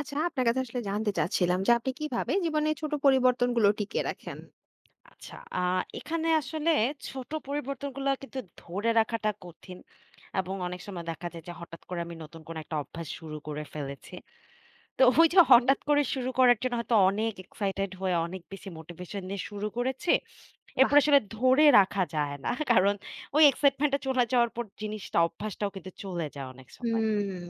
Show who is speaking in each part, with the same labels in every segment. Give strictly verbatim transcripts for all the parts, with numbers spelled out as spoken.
Speaker 1: আচ্ছা, আপনার কাছে আসলে জানতে চাচ্ছিলাম যে আপনি কিভাবে জীবনে ছোট পরিবর্তনগুলো টিকিয়ে রাখেন?
Speaker 2: আচ্ছা, আ এখানে আসলে ছোট পরিবর্তনগুলা কিন্তু ধরে রাখাটা কঠিন। এবং অনেক সময় দেখা যায় যে হঠাৎ করে আমি নতুন কোনো একটা অভ্যাস শুরু করে ফেলেছি। তো ওই যে
Speaker 1: হুম।
Speaker 2: হঠাৎ করে শুরু করার জন্য হয়তো অনেক এক্সাইটেড হয়ে অনেক বেশি মোটিভেশন নিয়ে শুরু করেছি।
Speaker 1: বাহ!
Speaker 2: এরপর আসলে ধরে রাখা যায় না। কারণ ওই এক্সাইটমেন্ট টা চলে যাওয়ার পর জিনিসটা অভ্যাসটাও কিন্তু চলে যায় অনেক সময়।
Speaker 1: হুম।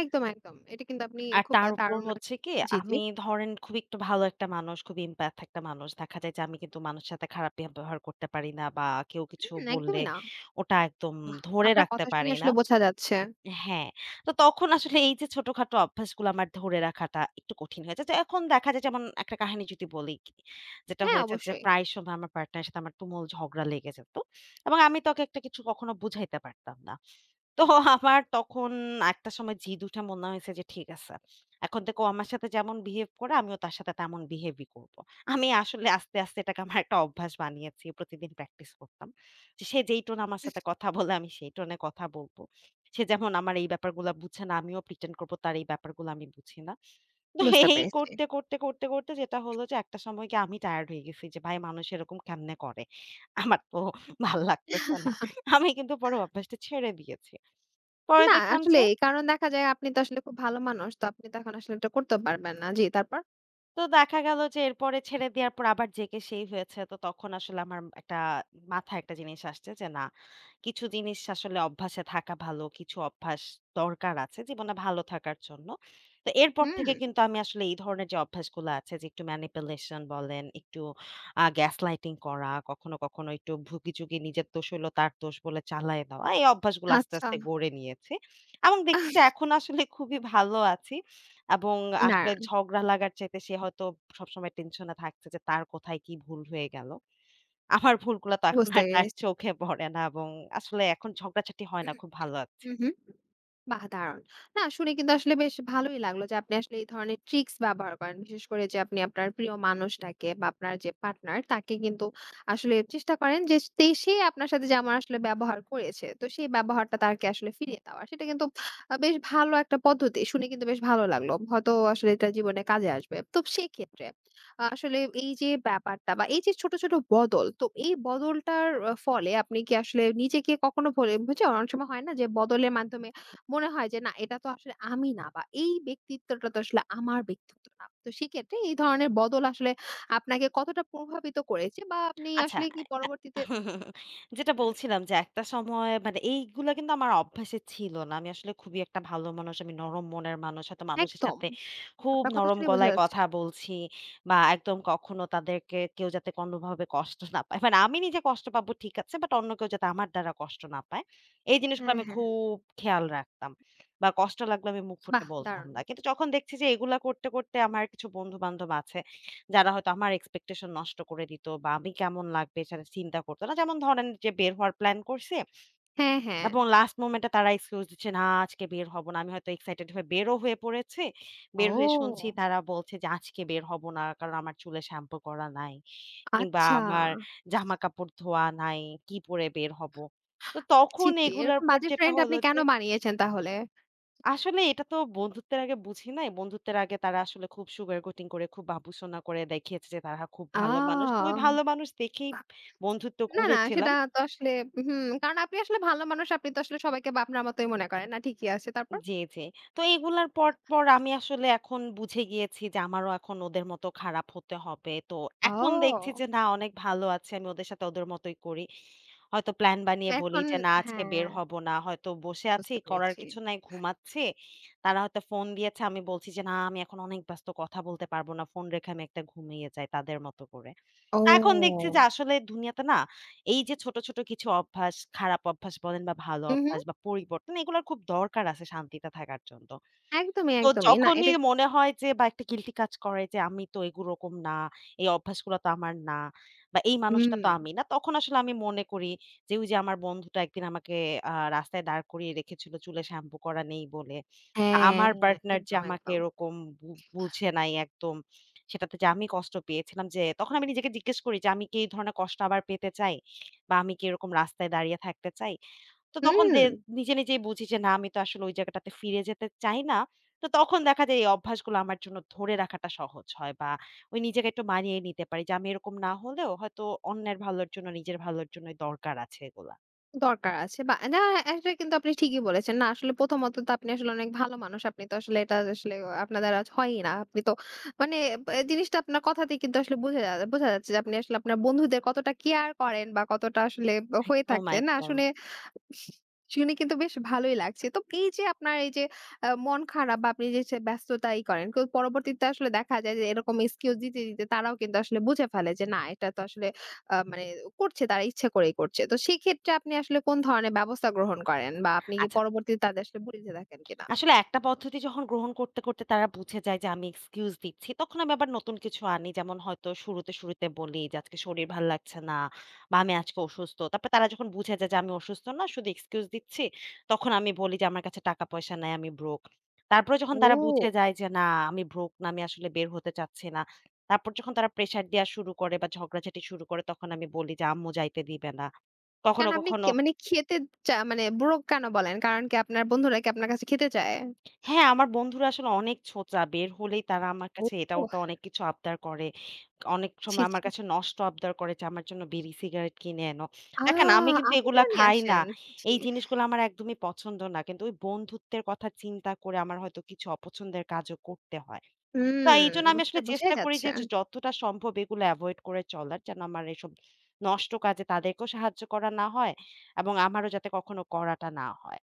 Speaker 1: একদম, একদম। এটা কিন্তু আপনি
Speaker 2: আর
Speaker 1: খুব
Speaker 2: তার
Speaker 1: আ
Speaker 2: উপর
Speaker 1: দারুণ।
Speaker 2: হচ্ছে কি
Speaker 1: জি, জি।
Speaker 2: আমি ধরেন খুব একটু ভালো একটা মানুষ, খুবই empath একটা মানুষ। দেখা যায় যে আমি কিন্তু মানুষের সাথে খারাপ ব্যবহার করতে পারি না বা কেউ কিছু
Speaker 1: হুম,
Speaker 2: বললে
Speaker 1: একদমই না।
Speaker 2: ওটা একদম
Speaker 1: বাহ!
Speaker 2: ধরে
Speaker 1: আপনার
Speaker 2: রাখতে
Speaker 1: কথা শুনে
Speaker 2: পারি না।
Speaker 1: আসলে বোঝা যাচ্ছে।
Speaker 2: হ্যাঁ, তো তখন আসলে এই যে ছোটখাটো অভ্যাসগুলো আমার ধরে রাখাটা একটু কঠিন হয়ে যায়। তো এখন দেখা যায় যেমন একটা কাহিনী যদি বলি, কি, যেটা
Speaker 1: হ্যাঁ,
Speaker 2: হয়েছে যে
Speaker 1: অবশ্যই।
Speaker 2: প্রায় সময় আমার পার্টনারের সাথে আমার তুমুল ঝগড়া লেগে যেত এবং আমি তাকে একটা কিছু কখনো বুঝাইতে পারতাম না। তো আমার তখন একটা সময় জিদ উঠে মনে হয়েছে যে ঠিক আছে। এখন থেকে ও আমার সাথে যেমন বিহেভ করে আমিও তার সাথে তেমন বিহেভই করব। আমি আসলে আস্তে, আস্তে এটাকে আমার একটা অভ্যাস বানিয়েছি। প্রতিদিন প্র্যাকটিস করতাম। যে সে যেই টোন আমার সাথে কথা বলে আমি সেই টোনে কথা বলব। সে যেমন আমার এই ব্যাপারগুলা বুঝে না, আমিও pretend করব তার এই ব্যাপারগুলো আমি বুঝি না। তো
Speaker 1: বুঝতে
Speaker 2: এই
Speaker 1: পেরেছি।
Speaker 2: করতে, করতে, করতে, করতে যেটা হলো যে একটা সময় গিয়ে আমি টায়ার্ড হয়ে গেছি যে ভাই মানুষ এরকম কেমনে করে? আমার তো ভাল লাগতেছে না। আমি কিন্তু পরে অভ্যাসটা ছেড়ে দিয়েছি। পরে
Speaker 1: না
Speaker 2: দেখলাম যে
Speaker 1: আসলেই। কারণ দেখা যায় আপনি তো আসলে খুব ভালো মানুষ। তো আপনি তো এখন আসলে এটা করতেও পারবেন না। জি, তারপর?
Speaker 2: তো দেখা গেল যে এরপরে ছেড়ে দেওয়ার পর আবার যে কে সেই হয়েছে। তো তখন আসলে আমার একটা মাথায় একটা জিনিস আসছে যে না কিছু জিনিস আসলে অভ্যাসে থাকা ভালো, কিছু অভ্যাস দরকার আছে জীবনে ভালো থাকার জন্য। তো এরপর
Speaker 1: হুম।
Speaker 2: থেকে কিন্তু আমি আসলে এই ধরনের যে অভ্যাসগুলো আছে যে একটু manipulation বলেন, একটু আ gaslighting করা, কখনো, কখনো একটু ভুগিচুগি নিজের দোষ হইলো তার দোষ বলে চালায় দেওয়া, এই অভ্যাসগুলো আস্তে,
Speaker 1: আচ্ছা।
Speaker 2: আস্তে গড়ে নিয়েছি। এবং দেখছি যে এখন আসলে খুবই ভালো আছি এবং আসলে
Speaker 1: না,
Speaker 2: ঝগড়া লাগার চাইতে সে হয়তো সবসময় টেনশনে থাকছে যে তার কোথায় কি ভুল হয়ে গেল। আমার ভুলগুলা তো এখন
Speaker 1: বুঝতে
Speaker 2: আর তার
Speaker 1: পেরেছি।
Speaker 2: চোখে পড়ে না এবং আসলে এখন ঝগড়াঝাটি হয় না। খুব ভালো লাগছে।
Speaker 1: হুম, হুম। বাহ! দারুণ। না, শুনে কিন্তু আসলে বেশ ভালোই লাগলো যে আপনি আসলে এই ধরনের ট্রিক্স ব্যবহার করেন। বিশেষ করে যে আপনি আপনার প্রিয় মানুষটাকে বা আপনার যে পার্টনার তাকে কিন্তু আসলে চেষ্টা করেন যে তে সে আপনার সাথে যেমন আসলে ব্যবহার করেছে। তো সেই ব্যবহারটা তাকে আসলে ফিরিয়ে দেওয়া। সেটা কিন্তু আ বেশ ভালো একটা পদ্ধতি। শুনে কিন্তু বেশ ভালো লাগলো। হয়তো আসলে এটা জীবনে কাজে আসবে। তো সেক্ষেত্রে আসলে এই যে ব্যাপারটা বা এই যে ছোট, ছোট বদল, তো এই বদলটার আ ফলে আপনি কি আসলে নিজেকে কখনো ভোলে বুঝে অনেক সময় হয় না যে বদলের মাধ্যমে মনে হয় যে না, এটা তো আসলে আমি না বা এই ব্যক্তিত্বটা তো আসলে আমার ব্যক্তিত্ব না। তো সেক্ষেত্রে এই ধরনের বদল আসলে আপনাকে কতটা প্রভাবিত করেছে বা আপনি
Speaker 2: আচ্ছা,
Speaker 1: আসলে কি পরবর্তীতে
Speaker 2: যেটা বলছিলাম যে একটা সময় মানে এইগুলা কিন্তু আমার অভ্যাসে ছিল না। আমি আসলে খুবই একটা ভালো মানুষ। আমি নরম মনের মানুষ। হয়তো মানুষের
Speaker 1: একদম
Speaker 2: সাথে খুব
Speaker 1: আপনার কথা
Speaker 2: নরম
Speaker 1: শুনে বোঝা
Speaker 2: গলায়
Speaker 1: যাচ্ছে।
Speaker 2: কথা বলছি বা একদম কখনো তাদেরকে কেউ যাতে কোনোভাবে কষ্ট না পায়। মানে আমি নিজে কষ্ট পাবো ঠিক আছে। বাট অন্য কেউ যাতে আমার দ্বারা কষ্ট না পায়। এই জিনিসগুলো
Speaker 1: হ্যাঁ,
Speaker 2: আমি
Speaker 1: হ্যাঁ।
Speaker 2: খুব খেয়াল রাখতাম। বা কষ্ট লাগলে আমি মুখ ফুটে
Speaker 1: বাহ!
Speaker 2: বলতাম
Speaker 1: দারুণ।
Speaker 2: না। কিন্তু যখন দেখছি যে এগুলা করতে, করতে আমার কিছু বন্ধু-বান্ধব আছে যারা হয়তো আমার এক্সপেকটেশন নষ্ট করে দিত বা আমি কেমন লাগবে সেটা চিন্তা করতো না। যেমন ধরেন যে বের হওয়ার প্ল্যান করছে
Speaker 1: হ্যাঁ, হ্যাঁ।
Speaker 2: এবং লাস্ট মোমেন্টে তারা এক্সকিউজ দিচ্ছে, "না আজকে বের হব না।" আমি হয়তো এক্সাইটেড হয়ে বেরও হয়ে পড়েছি। বের হয়ে শুনছি
Speaker 1: ও,
Speaker 2: তারা বলছে যে, "আজকে বের হব না। কারণ আমার চুলে শ্যাম্পু করা নাই কিংবা
Speaker 1: আচ্ছা।
Speaker 2: আমার জামাকাপড় ধোয়া নাই। কি পরে বের হব?" তো
Speaker 1: ছি,
Speaker 2: তখন
Speaker 1: ছি,
Speaker 2: এগুলার
Speaker 1: এরকম
Speaker 2: পর
Speaker 1: বাজে
Speaker 2: যেটা
Speaker 1: ফ্রেন্ড আপনি
Speaker 2: হলো
Speaker 1: কেন
Speaker 2: যে
Speaker 1: বানিয়েছেন তাহলে?
Speaker 2: আসলে এটা তো বন্ধুত্বের আগে বুঝি নাই। বন্ধুত্বের আগে তারা আসলে খুব সুগার কোটিং করে, খুব বাবুসোনা করে দেখিয়েছে যে তারা খুব
Speaker 1: আ
Speaker 2: ভালো মানুষ। তো ওই ভালো মানুষ দেখেই বন্ধুত্ব
Speaker 1: না, না, সেটা
Speaker 2: করেছিলাম।
Speaker 1: তো আসলে হুম, কারণ আপনি আসলে ভালো মানুষ। আপনি তো আসলে সবাইকে বা আপনার মতোই মনে করেন, না ঠিকই আছে। তারপর?
Speaker 2: জি, জি। তো এগুলার পর, পর আমি আসলে এখন বুঝে গিয়েছি যে আমারও এখন ওদের মতো খারাপ হতে হবে। তো এখন দেখছি
Speaker 1: ও!
Speaker 2: যে না অনেক ভালো আছি। আমি ওদের সাথে ওদের মতোই করি। হয়তো প্ল্যান
Speaker 1: তো
Speaker 2: বানিয়ে বলি
Speaker 1: এখন
Speaker 2: যে না আজকে
Speaker 1: হ্যাঁ,
Speaker 2: বের হব না। হয়তো বসে আছি,
Speaker 1: বুঝতে
Speaker 2: করার
Speaker 1: পেরেছি।
Speaker 2: কিছু নাই, ঘুমাচ্ছি। তারা হয়তো ফোন দিয়েছে। আমি বলছি যে না আমি এখন অনেক ব্যস্ত কথা বলতে পারব না। ফোন রেখে আমি একটা ঘুমিয়ে যাই তাদের মতো করে। এখন দেখছি
Speaker 1: ও!
Speaker 2: যে আসলে দুনিয়াতে না এই যে ছোট, ছোট কিছু অভ্যাস, খারাপ অভ্যাস বলেন বা ভালো
Speaker 1: হুম, হুম।
Speaker 2: অভ্যাস বা পরিবর্তন এগুলার খুব দরকার আছে শান্তিতে থাকার জন্য।
Speaker 1: একদমই,
Speaker 2: তো
Speaker 1: একদমই। না,
Speaker 2: যখনই
Speaker 1: এটা কি
Speaker 2: মনে হয় যে বা একটা গিল্টি কাজ করে যে আমি তো এরকম না, এই অভ্যাসগুলো তো আমার না বা এই
Speaker 1: হুম।
Speaker 2: মানুষটা তো আমি না। তখন আসলে আমি মনে করি যে ওই যে আমার বন্ধুটা একদিন আমাকে আ রাস্তায় দাঁড় করিয়ে রেখেছিল চুলে শ্যাম্পু করা নেই বলে। আ
Speaker 1: হ্যাঁ,
Speaker 2: আমার পার্টনার যে
Speaker 1: একদম,
Speaker 2: আমাকে
Speaker 1: একদম।
Speaker 2: এরকম বু বুঝে নাই একদম সেটাতে যে আমি কষ্ট পেয়েছিলাম যে তখন আমি নিজেকে জিজ্ঞেস করি যে আমি কি এই ধরনের কষ্ট আবার পেতে চাই? বা আমি কি এরকম রাস্তায় দাঁড়িয়ে থাকতে চাই? তো তখন
Speaker 1: হুম।
Speaker 2: দে নিজে, নিজেই বুঝি যে না আমি তো আসলে ওই জায়গাটাতে ফিরে যেতে চাই না। তো তখন দেখা যায় এই অভ্যাসগুলো আমার জন্য ধরে রাখাটা সহজ হয় বা ওই নিজেকে একটু মানিয়ে নিতে পারি যে আমি এরকম না হলেও হয়তো অন্যের ভালোর জন্য, নিজের ভালোর জন্যই দরকার আছে এগুলা।
Speaker 1: দরকার আছে বা না, এটা কিন্তু আপনি ঠিকই বলেছেন। না, আসলে প্রথমত তো আপনি আসলে অনেক ভালো মানুষ। আপনি তো আসলে এটা আসলে আপনার দ্বারা হয়ই না। আপনি তো মানে এ জিনিসটা আপনার কথাতেই কিন্তু আসলে বোঝা যা বোঝা যাচ্ছে যে আপনি আসলে আপনার বন্ধুদের কতটা কেয়ার করেন বা কতটা আসলে হয়ে
Speaker 2: একদম,
Speaker 1: থাকে না
Speaker 2: একদম।
Speaker 1: শুনে শুনে কিন্তু বেশ ভালোই লাগছে। তো এই যে আপনার এই যে আ মন খারাপ বা আপনি যে সে ব্যস্ততাই করেন। তো পরবর্তীতে আসলে দেখা যায় যে এরকম এক্সকিউজ দিতে, দিতে তারাও কিন্তু আসলে বুঝে ফেলে যে না, এটা তো আসলে আ মানে করছে, তারা ইচ্ছে করেই করছে। তো সেক্ষেত্রে আপনি আসলে কোন ধরনের ব্যবস্থা গ্রহণ করেন? বা আপনি কি
Speaker 2: আচ্ছা
Speaker 1: পরবর্তীতে তাদের আসলে বুঝিয়ে থাকেন কিনা?
Speaker 2: আসলে একটা পদ্ধতি যখন গ্রহণ করতে, করতে তারা বুঝে যায় যে আমি এক্সকিউজ দিচ্ছি, তখন আমি আবার নতুন কিছু আনি। যেমন হয়তো শুরুতে, শুরুতে বলি যে আজকে শরীর ভাল লাগছে না বা আমি আজকে অসুস্থ। তারপর তারা যখন বুঝে যায় যে আমি অসুস্থ না, শুধু এক্সকিউজ দিচ্ছি, তখন আমি বলি যে আমার কাছে টাকা পয়সা নাই, আমি ব্রোক। তারপরে যখন তারা বুঝে
Speaker 1: ও!
Speaker 2: যায় যে না আমি ব্রোক না, আমি আসলে বের হতে চাচ্ছি না। তারপর যখন তারা প্রেশার দেয়া শুরু করে বা ঝগড়াঝাটি শুরু করে, তখন আমি বলি যে আম্মু যাইতে দিবে না।
Speaker 1: কেন
Speaker 2: কখনো,
Speaker 1: আপনি
Speaker 2: কখনো
Speaker 1: কে মানে খেতে চা মানে ব্রোক কেন বলেন? কারণ কি আপনার বন্ধুরা কি আপনার কাছে খেতে চায়?
Speaker 2: হ্যাঁ, আমার বন্ধুরা আসলে অনেক ছোঁচা। বের হলেই তারা আমার
Speaker 1: ও!
Speaker 2: কাছে এটা ওটা অনেক কিছু আবদার করে। অনেক
Speaker 1: ছি,
Speaker 2: সময়
Speaker 1: ছি।
Speaker 2: আমার কাছে নষ্ট আবদার করে যে, "আমার জন্য বিড়ি সিগারেট কিনে এনো।"
Speaker 1: আ
Speaker 2: দেখেন আমি কিন্তু
Speaker 1: আপনি
Speaker 2: এগুলা
Speaker 1: কেন নিয়ে
Speaker 2: খাই না।
Speaker 1: আসেন? ছি, ছি।
Speaker 2: এই জিনিসগুলো আমার একদমই পছন্দ না। কিন্তু ওই বন্ধুত্বের কথা চিন্তা করে আমার হয়তো কিছু অপছন্দের কাজও করতে হয়। তো এইজন্য
Speaker 1: হুম,
Speaker 2: আমি
Speaker 1: বুঝতে
Speaker 2: আসলে
Speaker 1: বোঝাই
Speaker 2: চেষ্টা করি
Speaker 1: যাচ্ছে।
Speaker 2: যে, যে যতটা সম্ভব এগুলো এভয়েড করে চলার। যেন আমার এসব নষ্ট কাজে তাদেরকেও সাহায্য করা না হয় এবং আমারও যাতে কখনো করাটা না হয়।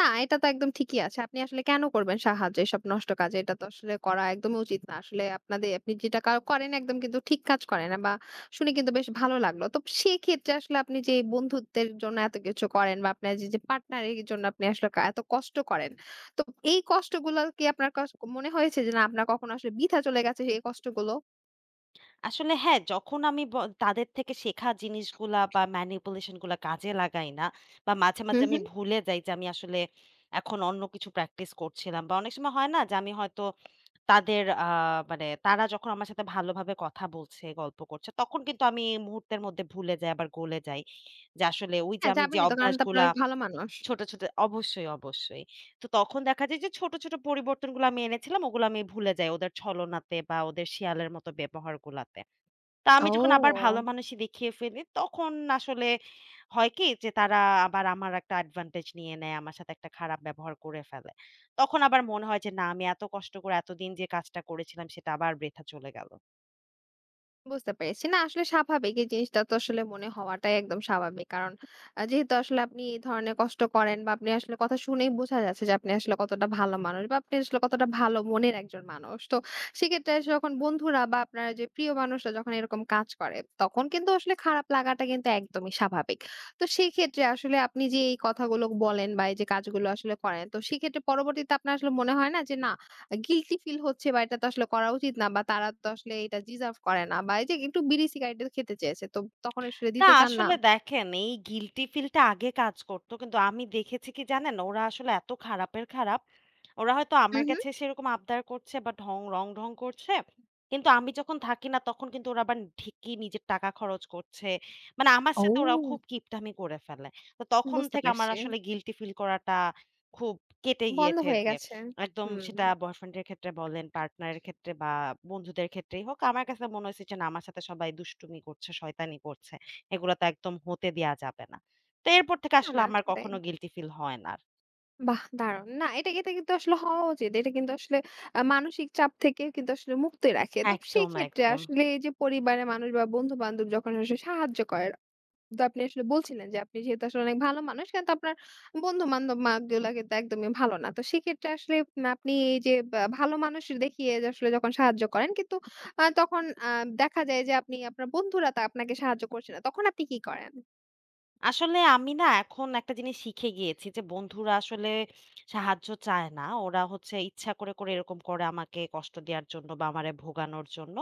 Speaker 1: না, এটা তো একদম ঠিকই আছে। আপনি আসলে কেন করবেন সাহায্য এসব নষ্ট কাজে? এটা তো আসলে করা একদমই উচিত না। আসলে আপনাদের আপনি যেটা কা করেন একদম কিন্তু ঠিক কাজ করেন না, বা শুনে কিন্তু বেশ ভালো লাগলো। তো সেক্ষেত্রে আসলে আপনি যে বন্ধুত্বের জন্য এত কিছু করেন বা আপনার যে, যে পার্টনার এর জন্য আপনি আসলে কা এত কষ্ট করেন। তো এই কষ্টগুলো কি আপনার কস মনে হয়েছে যে না, আপনার কখনো আসলে বৃথা চলে গেছে এই কষ্টগুলো?
Speaker 2: আসলে হ্যাঁ, যখন আমি ব তাদের থেকে শেখা জিনিসগুলা বা manipulation গুলা কাজে লাগাই না বা মাঝে, মাঝে
Speaker 1: হুম,
Speaker 2: আমি
Speaker 1: হুম।
Speaker 2: ভুলে যাই যে আমি আসলে এখন অন্য কিছু প্র্যাকটিস করছিলাম বা অনেক সময় হয় না যে আমি হয়তো তাদের আ মানে তারা যখন আমার সাথে ভালোভাবে কথা বলছে, গল্প করছে তখন কিন্তু আমি মুহূর্তের মধ্যে ভুলে যাই আবার গলে যাই। যে আসলে ওই যে
Speaker 1: হ্যাঁ,
Speaker 2: আমি যে
Speaker 1: যাবেনই তো, কারণ তো আপনার
Speaker 2: অভ্যাসগুলা
Speaker 1: অনেক ভালো মানুষ।
Speaker 2: ছোট, ছোট অবশ্যই, অবশ্যই। তো তখন দেখা যায় যে ছোট, ছোট পরিবর্তনগুলো আমি এনেছিলাম ওগুলো আমি ভুলে যাই ওদের ছলনাতে বা ওদের শেয়ালের মতো ব্যবহারগুলাতে। তা আমি যখন আবার ভালো
Speaker 1: ও!
Speaker 2: মানুষই দেখিয়ে ফেলি, তখন আসলে হয় কি যে তারা আবার আমার একটা অ্যাডভান্টেজ নিয়ে নেয়, আমার সাথে একটা খারাপ ব্যবহার করে ফেলে। তখন আবার মনে হয় যে না আমি এত কষ্ট করে এতদিন যে কাজটা করেছিলাম সেটা আবার বৃথা চলে গেল।
Speaker 1: বুঝতে পেরেছি। না, আসলে স্বাভাবিক। এই জিনিসটা তো আসলে মনে হওয়াটাই একদম স্বাভাবিক। কারণ আ যেহেতু আসলে আপনি এই ধরনের কষ্ট করেন বা আপনি আসলে কথা শুনেই বোঝা যাচ্ছে যে আপনি আসলে কতটা ভালো মানুষ বা আপনি আসলে কতটা ভালো মনের একজন মানুষ। তো সেক্ষেত্রে আসলে যখন বন্ধুরা বা আপনার যে প্রিয় মানুষরা যখন এরকম কাজ করে, তখন কিন্তু আসলে খারাপ লাগাটা কিন্তু একদমই স্বাভাবিক। তো সেক্ষেত্রে আসলে আপনি যে এই কথাগুলো বলেন বা এই যে কাজগুলো আসলে করেন, তো সেক্ষেত্রে পরবর্তীতে আপনার আসলে মনে হয় না যে না, গিল্টি ফিল হচ্ছে বা এটা তো আসলে করা উচিত না বা তারা তো আসলে এটা ডিজার্ভ করে না বা এই যে একটু বিড়ি সিগারেট খেতে চেয়েছে, তো তখন আসলে
Speaker 2: না
Speaker 1: দিতে চান না।
Speaker 2: আসলে দেখেন এই গিল্টি ফিল টা আগে কাজ করত। কিন্তু আমি দেখেছি কি জানেন? ওরা আসলে এত খারাপের খারাপ। ওরা হয়তো
Speaker 1: হু,
Speaker 2: আমার
Speaker 1: হু।
Speaker 2: কাছে সেরকম আবদার করছে বা ঢং রং, ঢং করছে। কিন্তু আমি যখন থাকি না তখন কিন্তু ওরা আবার ঢেকি নিজের টাকা খরচ করছে। মানে আমার
Speaker 1: ও!
Speaker 2: সাথে ওরা খুব কিপটামি করে ফেলে। তো তখন
Speaker 1: বুঝতে
Speaker 2: থেকে আমার
Speaker 1: পারছি।
Speaker 2: আসলে গিল্টি ফিল করাটা খুব কেটে
Speaker 1: বন্ধ
Speaker 2: গিয়েছে
Speaker 1: হয়ে
Speaker 2: যে
Speaker 1: গেছে।
Speaker 2: একদম
Speaker 1: হুম।
Speaker 2: সেটা বয়ফ্রেন্ড এর ক্ষেত্রে বলেন, পার্টনার এর ক্ষেত্রে বা বন্ধুদের ক্ষেত্রেই হোক। আমার কাছে মনে হয়েছে যে না আমার সাথে সবাই দুষ্টুমি করছে, শয়তানি করছে। এগুলো তো একদম হতে দেয়া যাবে না। তো এরপর থেকে
Speaker 1: না,
Speaker 2: আসলে
Speaker 1: না
Speaker 2: আমার
Speaker 1: সেটাই।
Speaker 2: কখনো গিল্টি ফিল হয় না আর।
Speaker 1: বাহ! দারুণ। না, এটা এটা কিন্তু আসলে হওয়া উচিত। এটা কিন্তু আসলে আ মানসিক চাপ থেকে কিন্তু আসলে মুক্তি রাখে। তো
Speaker 2: একদম,
Speaker 1: সেক্ষেত্রে
Speaker 2: একদম।
Speaker 1: আসলে এই যে পরিবারের মানুষ বা বন্ধু-বান্ধব যখন আসলে সাহায্য করে তো আপনি আসলে বলছিলেন যে আপনি যেহেতু আসলে অনেক ভালো মানুষ কিন্তু আপনার বন্ধু-বান্ধব মা গুলা কিন্তু একদমই ভালো না। তো সেক্ষেত্রে আসলে উম আপনি এই যে বা ভালো মানুষ দেখিয়ে যে আসলে যখন সাহায্য করেন কিন্তু আ তখন আ দেখা যায় যে আপনি আপনার বন্ধুরা তা আপনাকে সাহায্য করছে না। তখন আপনি কি করেন?
Speaker 2: আসলে আমি না এখন একটা জিনিস শিখে গিয়েছি যে বন্ধুরা আসলে সাহায্য চায় না। ওরা হচ্ছে ইচ্ছা করে, করে এরকম করে আমাকে কষ্ট দেয়ার জন্য বা আমারে ভোগানোর জন্য।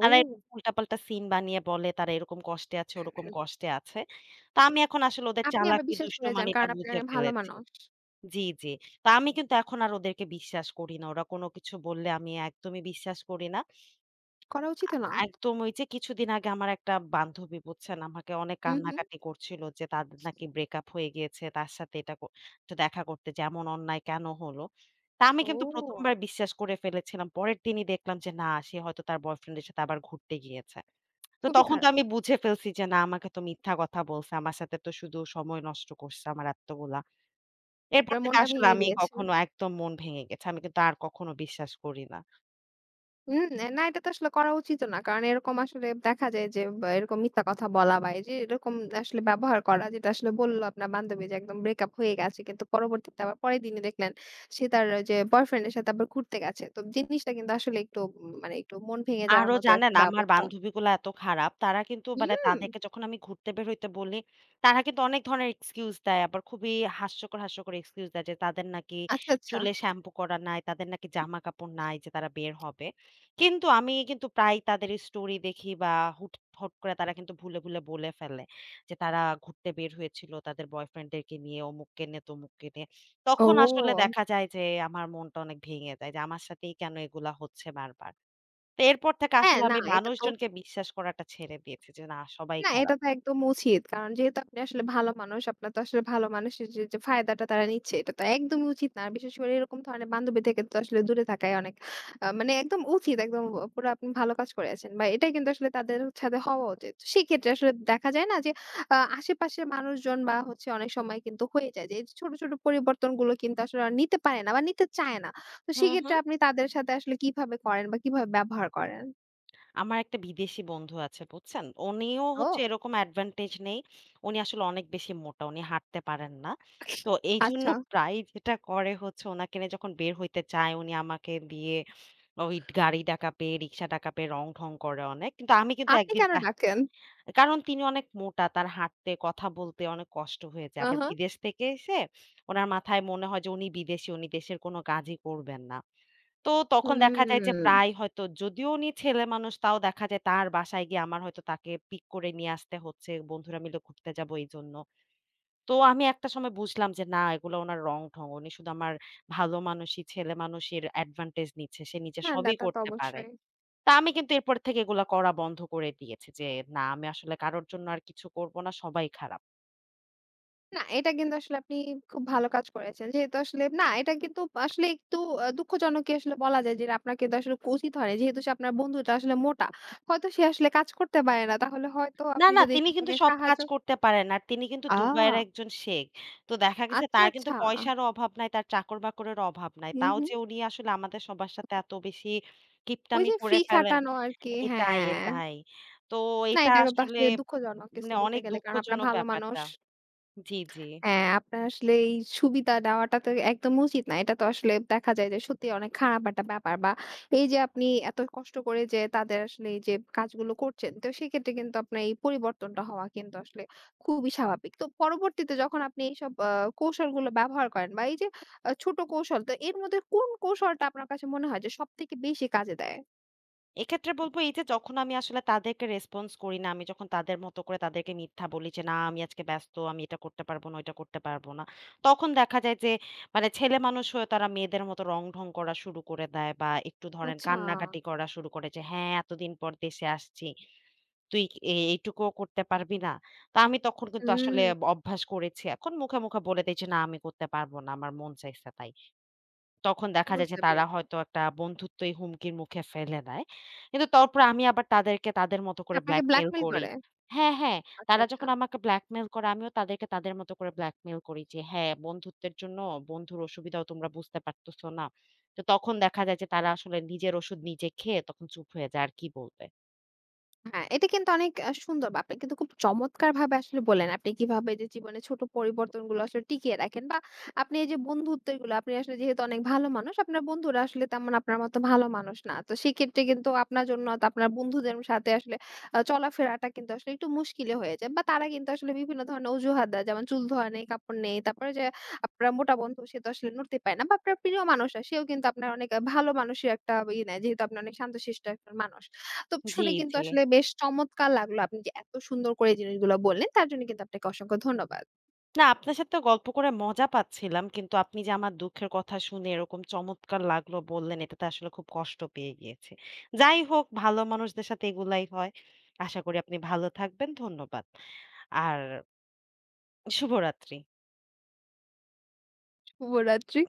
Speaker 2: তারা উল্টাপাল্টা সিন বানিয়ে বলে তারা এরকম কষ্টে আছে, ওরকম কষ্টে আছে। তো আমি এখন আসলে ওদের
Speaker 1: আপনি আবার
Speaker 2: চালাকি
Speaker 1: বিশ্বাস করে যান,
Speaker 2: দুষ্টুমানিটা
Speaker 1: কারণ আপনি
Speaker 2: বুঝে
Speaker 1: অনেক ভালো
Speaker 2: ফেলেছি।
Speaker 1: মানুষ।
Speaker 2: জি, জি। তো আমি কিন্তু এখন আর ওদেরকে বিশ্বাস করি না। ওরা কোনো কিছু বললে আমি একদমই বিশ্বাস করি না।
Speaker 1: করা উচিতও না।
Speaker 2: একদম ওই যে কিছুদিন আগে আমার একটা বান্ধবী বুঝছেন আমাকে অনেক
Speaker 1: হু, হু।
Speaker 2: কান্নাকাটি করছিল যে তাদের নাকি ব্রেকআপ হয়ে গিয়েছে তার সাথে এটা কর- একটু দেখা করতে যেমন অন্যায় কেন হলো তা আমি কিন্তু
Speaker 1: ও!
Speaker 2: প্রথমবার বিশ্বাস করে ফেলেছিলাম পরের দিনই দেখলাম যে না সে হয়তো তার বয়ফ্রেন্ডের সাথে আবার ঘুরতে গিয়েছে তো
Speaker 1: খুবই
Speaker 2: তখন তো
Speaker 1: খারাপ।
Speaker 2: আমি বুঝে ফেলছি যে না আমাকে তো মিথ্যা কথা বলছে আমার সাথে তো শুধু সময় নষ্ট করছে আমার এতগুলা এরপর
Speaker 1: আপনার
Speaker 2: থেকে
Speaker 1: মনটা
Speaker 2: আসলে
Speaker 1: ভেঙে
Speaker 2: আমি
Speaker 1: দিয়েছে।
Speaker 2: কখনো একদম মন ভেঙে গেছে আমি কিন্তু আর কখনো বিশ্বাস করি না
Speaker 1: হুম, না এটা তো আসলে করা উচিতও না। কারণ এরকম আসলে দেখা যায় যে বা এরকম মিথ্যা কথা বলা বা এই যে এরকম আসলে ব্যবহার করা, যেটা আসলে বলল আপনার বান্ধবী যে একদম ব্রেকআপ হয়ে গেছে। কিন্তু পরবর্তীতে আবার পরের দিনই দেখলেন সে তার যে বয়ফ্রেন্ড এর সাথে আবার ঘুরতে গেছে। তো জিনিসটা কিন্তু আসলে একটু উম, মানে একটু মন ভেঙে যাওয়ার
Speaker 2: আরো
Speaker 1: মতো একটা
Speaker 2: জানেন আমার
Speaker 1: ব্যবস্থা।
Speaker 2: বান্ধবীগুলা এত খারাপ। তারা কিন্তু মানে
Speaker 1: হুম,
Speaker 2: তাদেরকে যখন আমি ঘুরতে বের হইতে বলি, তারা কিন্তু অনেক ধরনের এক্সকিউজ দেয়। আবার খুবই হাস্যকর, হাস্যকর এক্সকিউজ দেয় যে তাদের নাকি
Speaker 1: আচ্ছা, আচ্ছা।
Speaker 2: চুলে শ্যাম্পু করা নাই, তাদের নাকি জামাকাপড় নাই যে তারা বের হবে। কিন্তু আমি কিন্তু প্রায় তাদের স্টোরি দেখি বা হুট হট করে তারা কিন্তু ভুলে, ভুলে বলে ফেলে যে তারা ঘুরতে বের হয়েছিল তাদের বয়ফ্রেন্ডদেরকে নিয়ে, অমুককে নিয়ে, তমুককে নিয়ে। তখন আসলে
Speaker 1: ও!
Speaker 2: দেখা যায় যে আমার মনটা অনেক ভেঙে যায় যে আমার সাথেই কেন এগুলা হচ্ছে বারবার। তো এরপর থেকে
Speaker 1: হ্যাঁ,
Speaker 2: আসলে
Speaker 1: না
Speaker 2: আমি
Speaker 1: এটা তো
Speaker 2: মানুষজনকে বিশ্বাস করাটা ছেড়ে দিয়েছি যে না সবাই
Speaker 1: না, এটা
Speaker 2: খারাপ।
Speaker 1: তো একদম উচিত। কারণ যেহেতু আপনি আসলে ভালো মানুষ, আপনার তো আসলে ভালো মানুষের যে, যে ফায়দাটা তারা নিচ্ছে, এটা তো একদমই উচিত না। আর বিশেষ করে এরকম ধরনের বান্ধবী থেকে তো আসলে দূরে থাকাই অনেক আ মানে একদম উচিত। একদম অ পুরা আপনি ভালো কাজ করে আছেন বা এটাই কিন্তু আসলে তাদের সাথে হওয়া উচিত। তো সেক্ষেত্রে আসলে দেখা যায় না যে, আ আশেপাশের মানুষজন বা হচ্ছে অনেক সময় কিন্তু হয়ে যায় যে, এই যে ছোট, ছোট পরিবর্তনগুলো কিন্তু আসলে আর নিতে পারে না বা নিতে চায় না। তো
Speaker 2: হুম,
Speaker 1: সেক্ষেত্রে
Speaker 2: হুম।
Speaker 1: আপনি তাদের সাথে আসলে কিভাবে করেন বা কিভাবে ব্যবহার করেন?
Speaker 2: আমার একটা বিদেশি বন্ধু আছে বুঝছেন? উনিও হচ্ছে
Speaker 1: ও,
Speaker 2: এরকম অ্যাডভান্টেজ নেই। উনি আসলে অনেক বেশি মোটা। উনি হাঁটতে পারেন না। তো এইজন্য
Speaker 1: আচ্ছা।
Speaker 2: প্রায়ই যেটা করে হচ্ছে উনাকে নিয়ে যখন বের হইতে চায় উনি আমাকে দিয়ে ওই গাড়ি ডাকা পেয়ে, রিক্সা ডাকা পেয়ে রং-ঢং করে অনেক। কিন্তু আমি কিন্তু
Speaker 1: আপনি
Speaker 2: একদিন
Speaker 1: কেন
Speaker 2: তা
Speaker 1: ডাকেন?
Speaker 2: কারণ তিনি অনেক মোটা। তার হাঁটতে, কথা বলতে অনেক কষ্ট হয়ে যায়। আবার
Speaker 1: আহ,
Speaker 2: বিদেশ থেকে এসে উনার মাথায় মনে হয় যে উনি বিদেশী, উনি দেশের কোনো কাজই করবেন না। তো তখন
Speaker 1: হুম।
Speaker 2: দেখা যায় যে প্রায় হয়তো যদিও উনি ছেলেমানুষ তাও দেখা যায় তার বাসায় গিয়ে আমার হয়তো তাকে পিক করে নিয়ে আসতে হচ্ছে। বন্ধুরা মিলে ঘুরতে যাবো এইজন্য। তো আমি একটা সময় বুঝলাম যে না এগুলো উনার রং-ঢং। উনি শুধু আমার ভালো মানুষই, ছেলেমানুষির অ্যাডভান্টেজ নিচ্ছে। সে নিজে
Speaker 1: না, না
Speaker 2: সবই
Speaker 1: তা তো
Speaker 2: করতে পারে।
Speaker 1: অবশ্যই।
Speaker 2: তা আমি কিন্তু এরপর থেকে এগুলা করা বন্ধ করে দিয়েছি যে, না আমি আসলে কারোর জন্য আর কিছু করব না, সবাই খারাপ।
Speaker 1: না, এটা কিন্তু আসলে আপনি খুব ভালো কাজ করেছেন। যেহেতু আসলে না, এটা কিন্তু আসলে একটু আ দুঃখজনকই আসলে বলা যায় যে আপনার কিন্তু আসলে উচিত হয়নি। যেহেতু সে আপনার বন্ধুটা আসলে মোটা। হয়তো সে আসলে কাজ করতে পারে না। তাহলে হয়তো
Speaker 2: না,
Speaker 1: আপনি
Speaker 2: না
Speaker 1: যদি
Speaker 2: তিনি
Speaker 1: একটু
Speaker 2: কিন্তু
Speaker 1: তাকে
Speaker 2: সব
Speaker 1: সাহায্য
Speaker 2: কাজ করতে পারেন। আর তিনি কিন্তু দুবাইয়ের
Speaker 1: আ!
Speaker 2: একজন শেখ। তো দেখা গেছে
Speaker 1: আচ্ছা,
Speaker 2: তার কিন্তু
Speaker 1: আচ্ছা।
Speaker 2: পয়সারও অভাব নাই, তার চাকর-বাকরের অভাব নাই।
Speaker 1: হুম,
Speaker 2: তাও
Speaker 1: হুম।
Speaker 2: যে উনি আসলে আমাদের সবার সাথে এত বেশি
Speaker 1: ওই
Speaker 2: কিপটামি
Speaker 1: যে
Speaker 2: করে
Speaker 1: ফ্রি
Speaker 2: ফেলেন
Speaker 1: খাটানো আরকি।
Speaker 2: এটাই,
Speaker 1: হ্যাঁ।
Speaker 2: এটাই। তো
Speaker 1: না,
Speaker 2: এটা
Speaker 1: এটা কিন্তু
Speaker 2: আসলে
Speaker 1: আসলে দুঃখজনক কিছু
Speaker 2: মানে
Speaker 1: বলতে
Speaker 2: অনেক
Speaker 1: গেলে। কারণ আপনার
Speaker 2: দুঃখজনক
Speaker 1: ভালো মানুষ।
Speaker 2: ব্যাপারটা। জি, জি।
Speaker 1: হ্যাঁ, আপনার আসলে এই সুবিধা নেওয়াটা তো একদম উচিত না। এটা তো আসলে দেখা যায় যে সত্যিই অনেক খারাপ একটা ব্যাপার বা এই যে আপনি এত কষ্ট করে যে তাদের আসলে এই যে কাজগুলো করছেন, তো সেক্ষেত্রে কিন্তু আপনার এই পরিবর্তনটা হওয়া কিন্তু আসলে খুবই স্বাভাবিক। তো পরবর্তীতে যখন আপনি এইসব আ কৌশলগুলো ব্যবহার করেন বা এই যে আ ছোট কৌশল, তো এর মধ্যে কোন কৌশলটা আপনার কাছে মনে হয় যে সবথেকে বেশি কাজে দেয়?
Speaker 2: এক্ষেত্রে বলব এই যে যখন আমি আসলে তাদেরকে রেসপন্স করি না, আমি যখন তাদের মতো করে তাদেরকে মিথ্যা বলি যে, "না আমি আজকে ব্যস্ত, আমি এটা করতে পারব না, ওইটা করতে পারব না।" তখন দেখা যায় যে মানে ছেলেমানুষ হয়ে তারা মেয়েদের মতো রং-ঢং করা শুরু করে দেয় বা একটু ধরেন
Speaker 1: আচ্ছা।
Speaker 2: কান্নাকাটি করা শুরু করে যে, "হ্যাঁ, এতদিন পর দেশে আসছি। তুই এ এইটুকুও করতে পারবি না?" তো আমি তখন কিন্তু
Speaker 1: হুম,
Speaker 2: আসলে অভ্যাস করেছি। এখন মুখে, মুখে বলে দেই যে, "না আমি করতে পারব না। আমার মন চাইছে তাই।" তখন দেখা যায়
Speaker 1: বুঝতে
Speaker 2: যে তারা
Speaker 1: পেরেছি।
Speaker 2: হয়তো একটা বন্ধুত্বই হুমকির মুখে ফেলে দেয়। কিন্তু তারপর আমি আবার তাদেরকে তাদের মতো করে
Speaker 1: আপনাকে
Speaker 2: ব্ল্যাকমেইল
Speaker 1: ব্ল্যাকমেইল
Speaker 2: করি।
Speaker 1: করে?
Speaker 2: হ্যাঁ, হ্যাঁ,
Speaker 1: আচ্ছা,
Speaker 2: তারা
Speaker 1: আচ্ছা।
Speaker 2: যখন আমাকে ব্ল্যাকমেইল করে আমিও তাদেরকে তাদের মতো করে ব্ল্যাকমেইল করি যে, "হ্যাঁ, বন্ধুত্বের জন্য বন্ধুর অসুবিধাও তোমরা বুঝতে পারতেছো না।" তো তখন দেখা যায় যে তারা আসলে নিজের ওষুধ নিজে খেয়ে তখন চুপ হয়ে যায় আর কি বলবে।
Speaker 1: হ্যাঁ, এটা কিন্তু অনেক আ সুন্দর বা আপনি কিন্তু খুব চমৎকারভাবে আসলে বললেন। আপনি কিভাবে যে জীবনে ছোট পরিবর্তনগুলো আসলে টিকিয়ে রাখেন বা আপনি এই যে বন্ধুত্বগুলো আপনি আসলে যেহেতু অনেক ভালো মানুষ, আপনার বন্ধুরা আসলে তেমন আপনার মতো ভালো মানুষ না। তো সেক্ষেত্রে কিন্তু আপনার জন্য তো আপনার বন্ধুদের সাথে আসলে আ চলাফেরাটা কিন্তু আসলে একটু মুশকিলে হয়ে যায় বা তারা কিন্তু আসলে বিভিন্ন ধরনের অজুহাত দেয়। যেমন চুল ধোয়া নেই, কাপড় নেই। তারপরে যে আপনার মোটা বন্ধু সে তো আসলে নড়তে পারে না বা আপনার প্রিয় মানুষ সেও কিন্তু আপনার অনেক আ ভালো মানুষের একটা ই নেয়। যেহেতু আপনি অনেক শান্তশিষ্ট একটা মানুষ। তো
Speaker 2: জি,
Speaker 1: শুনে কিন্তু
Speaker 2: জি।
Speaker 1: আসলে বেশ চমৎকার লাগলো আপনি যে এত সুন্দর করে জিনিসগুলো বললেন, তার জন্য কিন্তু আপনাকে অসংখ্য ধন্যবাদ।
Speaker 2: না, আপনার সাথে গল্প করে মজা পাচ্ছিলাম। কিন্তু আপনি যে আমার দুঃখের কথা শুনে এরকম চমৎকার লাগলো বললেন, এটাতে আসলে খুব কষ্ট পেয়ে গিয়েছি। যাই হোক, ভালো মানুষদের সাথে এগুলাই হয়। আশা করি আপনি ভালো থাকবেন। ধন্যবাদ। আর শুভরাত্রি।
Speaker 1: শুভরাত্রি।